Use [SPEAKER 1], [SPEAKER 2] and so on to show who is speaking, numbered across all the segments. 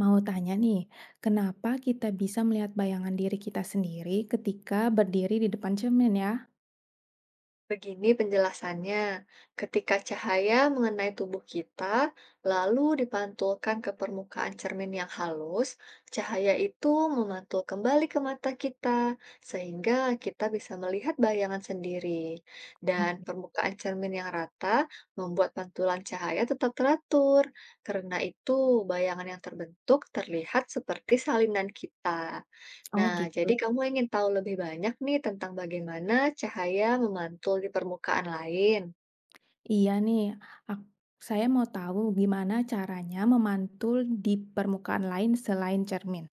[SPEAKER 1] Mau tanya nih, kenapa kita bisa melihat bayangan diri kita sendiri ketika berdiri di depan cermin ya?
[SPEAKER 2] Begini penjelasannya, ketika cahaya mengenai tubuh kita, lalu dipantulkan ke permukaan cermin yang halus, cahaya itu memantul kembali ke mata kita, sehingga kita bisa melihat bayangan sendiri. Dan
[SPEAKER 1] Oke.
[SPEAKER 2] permukaan cermin yang rata membuat pantulan cahaya tetap teratur. Karena itu, bayangan yang terbentuk terlihat seperti salinan kita.
[SPEAKER 1] Oh
[SPEAKER 2] Nah,
[SPEAKER 1] gitu.
[SPEAKER 2] jadi kamu ingin tahu lebih banyak nih tentang bagaimana cahaya memantul di permukaan lain.
[SPEAKER 1] Iya nih, ak- saya mau tahu gimana caranya memantul di permukaan lain selain cermin.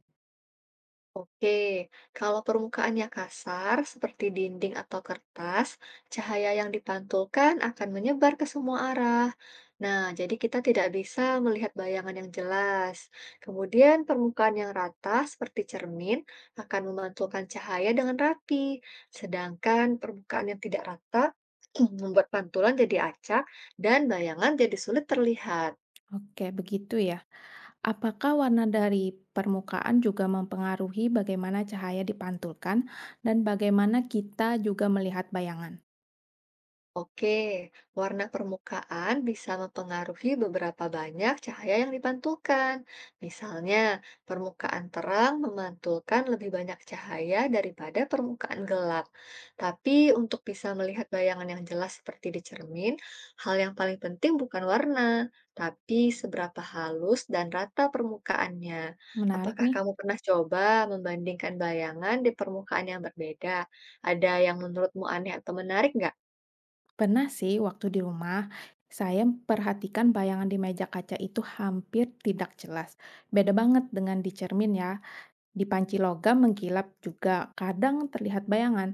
[SPEAKER 2] Oke, kalau permukaannya kasar seperti dinding atau kertas, cahaya yang dipantulkan akan menyebar ke semua arah. Nah, jadi kita tidak bisa melihat bayangan yang jelas. Kemudian permukaan yang rata seperti cermin akan memantulkan cahaya dengan rapi, sedangkan permukaan yang tidak rata membuat pantulan jadi acak dan bayangan jadi sulit terlihat.
[SPEAKER 1] Oke, begitu ya. Apakah warna dari permukaan juga mempengaruhi bagaimana cahaya dipantulkan dan bagaimana kita juga melihat bayangan?
[SPEAKER 2] Oke, warna permukaan bisa mempengaruhi beberapa banyak cahaya yang dipantulkan. Misalnya, permukaan terang memantulkan lebih banyak cahaya daripada permukaan gelap. Tapi untuk bisa melihat bayangan yang jelas seperti di cermin, hal yang paling penting bukan warna, tapi seberapa halus dan rata permukaannya.
[SPEAKER 1] Menarik
[SPEAKER 2] Apakah
[SPEAKER 1] nih.
[SPEAKER 2] kamu pernah coba membandingkan bayangan di permukaan yang berbeda? Ada yang menurutmu aneh atau menarik nggak?
[SPEAKER 1] Pernah sih waktu di rumah, saya perhatikan bayangan di meja kaca itu hampir tidak jelas. Beda banget dengan di cermin ya. Di panci logam mengkilap juga kadang terlihat bayangan,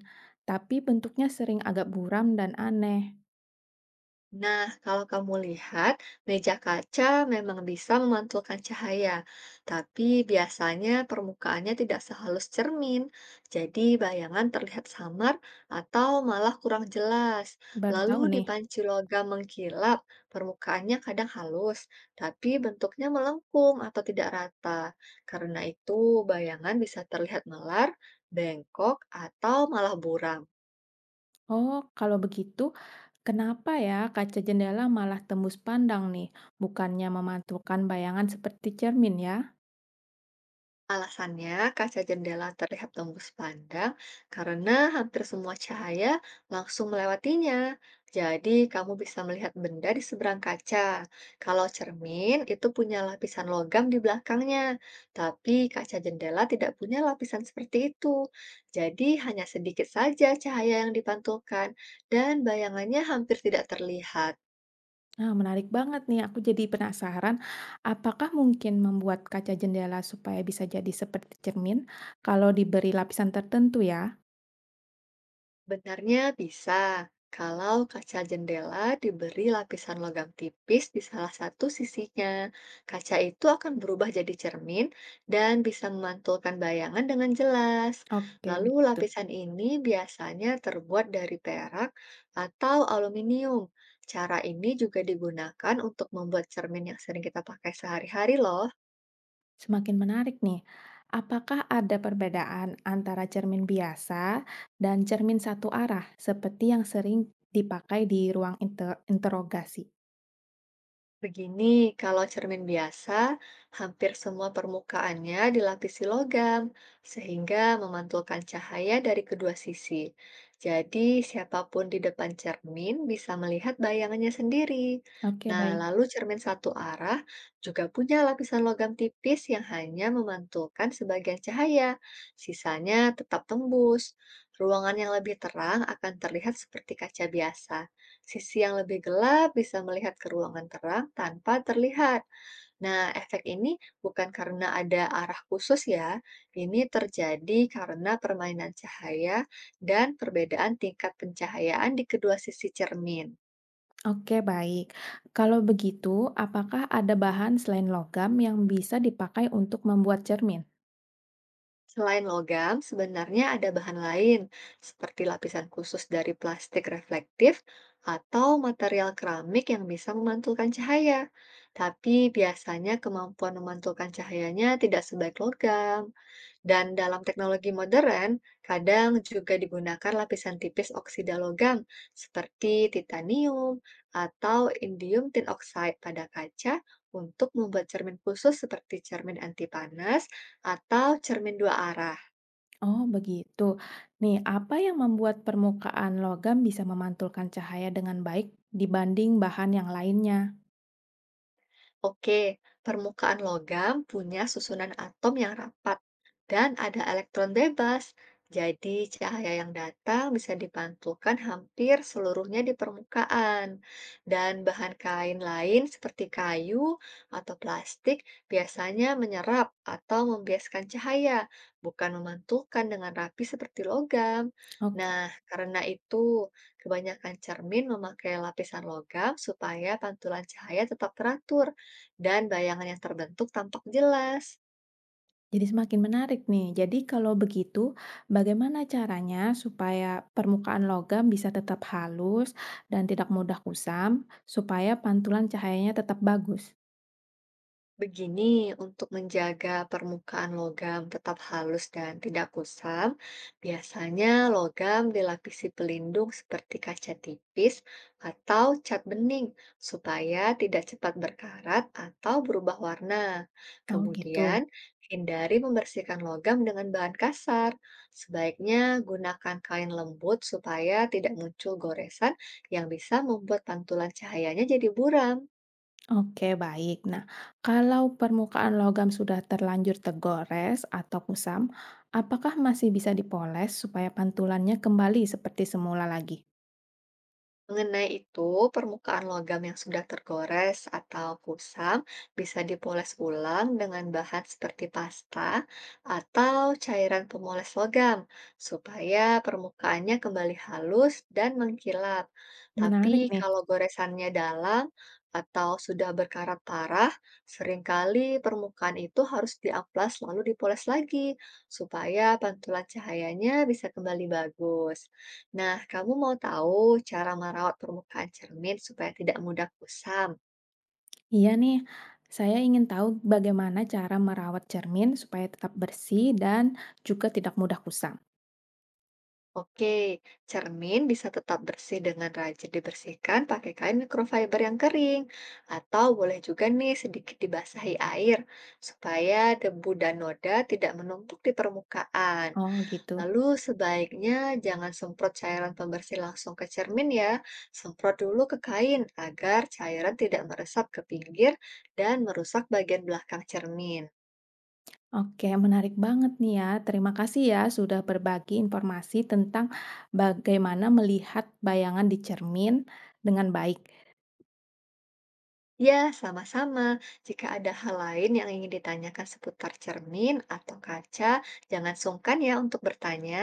[SPEAKER 1] tapi bentuknya sering agak buram dan aneh.
[SPEAKER 2] Nah, kalau kamu lihat, meja kaca memang bisa memantulkan cahaya, tapi biasanya permukaannya tidak sehalus cermin, jadi bayangan terlihat samar atau malah kurang jelas.
[SPEAKER 1] Baru
[SPEAKER 2] Lalu
[SPEAKER 1] tahu nih,
[SPEAKER 2] dipanci logam mengkilap, permukaannya kadang halus, tapi bentuknya melengkung atau tidak rata. Karena itu, bayangan bisa terlihat melar, bengkok, atau malah buram.
[SPEAKER 1] oh kalau begitu kenapa ya kaca jendela malah tembus pandang nih, bukannya memantulkan bayangan seperti cermin ya?
[SPEAKER 2] Alasannya, kaca jendela terlihat tembus pandang karena hampir semua cahaya langsung melewatinya. Jadi, kamu bisa melihat benda di seberang kaca. Kalau cermin, itu punya lapisan logam di belakangnya. Tapi, kaca jendela tidak punya lapisan seperti itu. Jadi, hanya sedikit saja cahaya yang dipantulkan, dan bayangannya hampir tidak terlihat.
[SPEAKER 1] Nah, menarik banget nih. Aku jadi penasaran, apakah mungkin membuat kaca jendela supaya bisa jadi seperti cermin kalau diberi lapisan tertentu ya?
[SPEAKER 2] Benarnya bisa, kalau kaca jendela diberi lapisan logam tipis di salah satu sisinya. Kaca itu akan berubah jadi cermin dan bisa memantulkan bayangan dengan jelas.
[SPEAKER 1] Oke,
[SPEAKER 2] Lalu
[SPEAKER 1] begitu.
[SPEAKER 2] lapisan ini biasanya terbuat dari perak atau aluminium. Cara ini juga digunakan untuk membuat cermin yang sering kita pakai sehari-hari loh.
[SPEAKER 1] Semakin menarik nih. Apakah ada perbedaan antara cermin biasa dan cermin satu arah seperti yang sering dipakai di ruang interogasi?
[SPEAKER 2] Begini, kalau cermin biasa, hampir semua permukaannya dilapisi logam, sehingga memantulkan cahaya dari kedua sisi. Jadi, siapapun di depan cermin bisa melihat bayangannya sendiri.
[SPEAKER 1] Oke,
[SPEAKER 2] Nah,
[SPEAKER 1] baik.
[SPEAKER 2] lalu cermin satu arah juga punya lapisan logam tipis yang hanya memantulkan sebagian cahaya, sisanya tetap tembus. Ruangan yang lebih terang akan terlihat seperti kaca biasa. Sisi yang lebih gelap bisa melihat ke ruangan terang tanpa terlihat. Nah, efek ini bukan karena ada arah khusus ya. Ini terjadi karena permainan cahaya dan perbedaan tingkat pencahayaan di kedua sisi cermin.
[SPEAKER 1] Oke, baik. Kalau begitu, apakah ada bahan selain logam yang bisa dipakai untuk membuat cermin?
[SPEAKER 2] Selain logam, sebenarnya ada bahan lain seperti lapisan khusus dari plastik reflektif atau material keramik yang bisa memantulkan cahaya. Tapi biasanya kemampuan memantulkan cahayanya tidak sebaik logam. Dan dalam teknologi modern, kadang juga digunakan lapisan tipis oksida logam seperti titanium atau indium tin oxide pada kaca untuk membuat cermin khusus seperti cermin anti panas atau cermin dua arah.
[SPEAKER 1] Oh, begitu. Nih, apa yang membuat permukaan logam bisa memantulkan cahaya dengan baik dibanding bahan yang lainnya?
[SPEAKER 2] Oke, permukaan logam punya susunan atom yang rapat dan ada elektron bebas. Jadi, cahaya yang datang bisa dipantulkan hampir seluruhnya di permukaan. Dan bahan kain lain seperti kayu atau plastik biasanya menyerap atau membiaskan cahaya, bukan memantulkan dengan rapi seperti logam.
[SPEAKER 1] Oke,
[SPEAKER 2] Nah, karena itu, kebanyakan cermin memakai lapisan logam supaya pantulan cahaya tetap teratur dan bayangan yang terbentuk tampak jelas.
[SPEAKER 1] jadi semakin menarik nih. Jadi kalau begitu, bagaimana caranya supaya permukaan logam bisa tetap halus dan tidak mudah kusam, supaya pantulan cahayanya tetap bagus?
[SPEAKER 2] Begini, untuk menjaga permukaan logam tetap halus dan tidak kusam, biasanya logam dilapisi pelindung seperti kaca tipis atau cat bening supaya tidak cepat berkarat atau berubah warna.
[SPEAKER 1] Oh, gitu.
[SPEAKER 2] Kemudian, hindari membersihkan logam dengan bahan kasar. Sebaiknya gunakan kain lembut supaya tidak muncul goresan yang bisa membuat pantulan cahayanya jadi buram.
[SPEAKER 1] Oke, baik. Nah, kalau permukaan logam sudah terlanjur tergores atau kusam, apakah masih bisa dipoles supaya pantulannya kembali seperti semula lagi?
[SPEAKER 2] Mengenai itu, permukaan logam yang sudah tergores atau kusam bisa dipoles ulang dengan bahan seperti pasta atau cairan pemoles logam, supaya permukaannya kembali halus dan mengkilap.
[SPEAKER 1] Menarik
[SPEAKER 2] Tapi
[SPEAKER 1] nih.
[SPEAKER 2] kalau goresannya dalam atau sudah berkarat parah, seringkali permukaan itu harus diamplas lalu dipoles lagi, supaya pantulan cahayanya bisa kembali bagus. Nah, kamu mau tahu cara merawat permukaan cermin supaya tidak mudah kusam?
[SPEAKER 1] Iya nih, saya ingin tahu bagaimana cara merawat cermin supaya tetap bersih dan juga tidak mudah kusam.
[SPEAKER 2] Oke, cermin bisa tetap bersih dengan rajin dibersihkan pakai kain microfiber yang kering, atau boleh juga nih sedikit dibasahi air supaya debu dan noda tidak menumpuk di permukaan.
[SPEAKER 1] Oh, gitu.
[SPEAKER 2] Lalu sebaiknya jangan semprot cairan pembersih langsung ke cermin ya, semprot dulu ke kain agar cairan tidak meresap ke pinggir dan merusak bagian belakang cermin.
[SPEAKER 1] Oke, menarik banget nih ya. Terima kasih ya sudah berbagi informasi tentang bagaimana melihat bayangan di cermin dengan baik.
[SPEAKER 2] Ya, sama-sama. Jika ada hal lain yang ingin ditanyakan seputar cermin atau kaca, jangan sungkan ya untuk bertanya.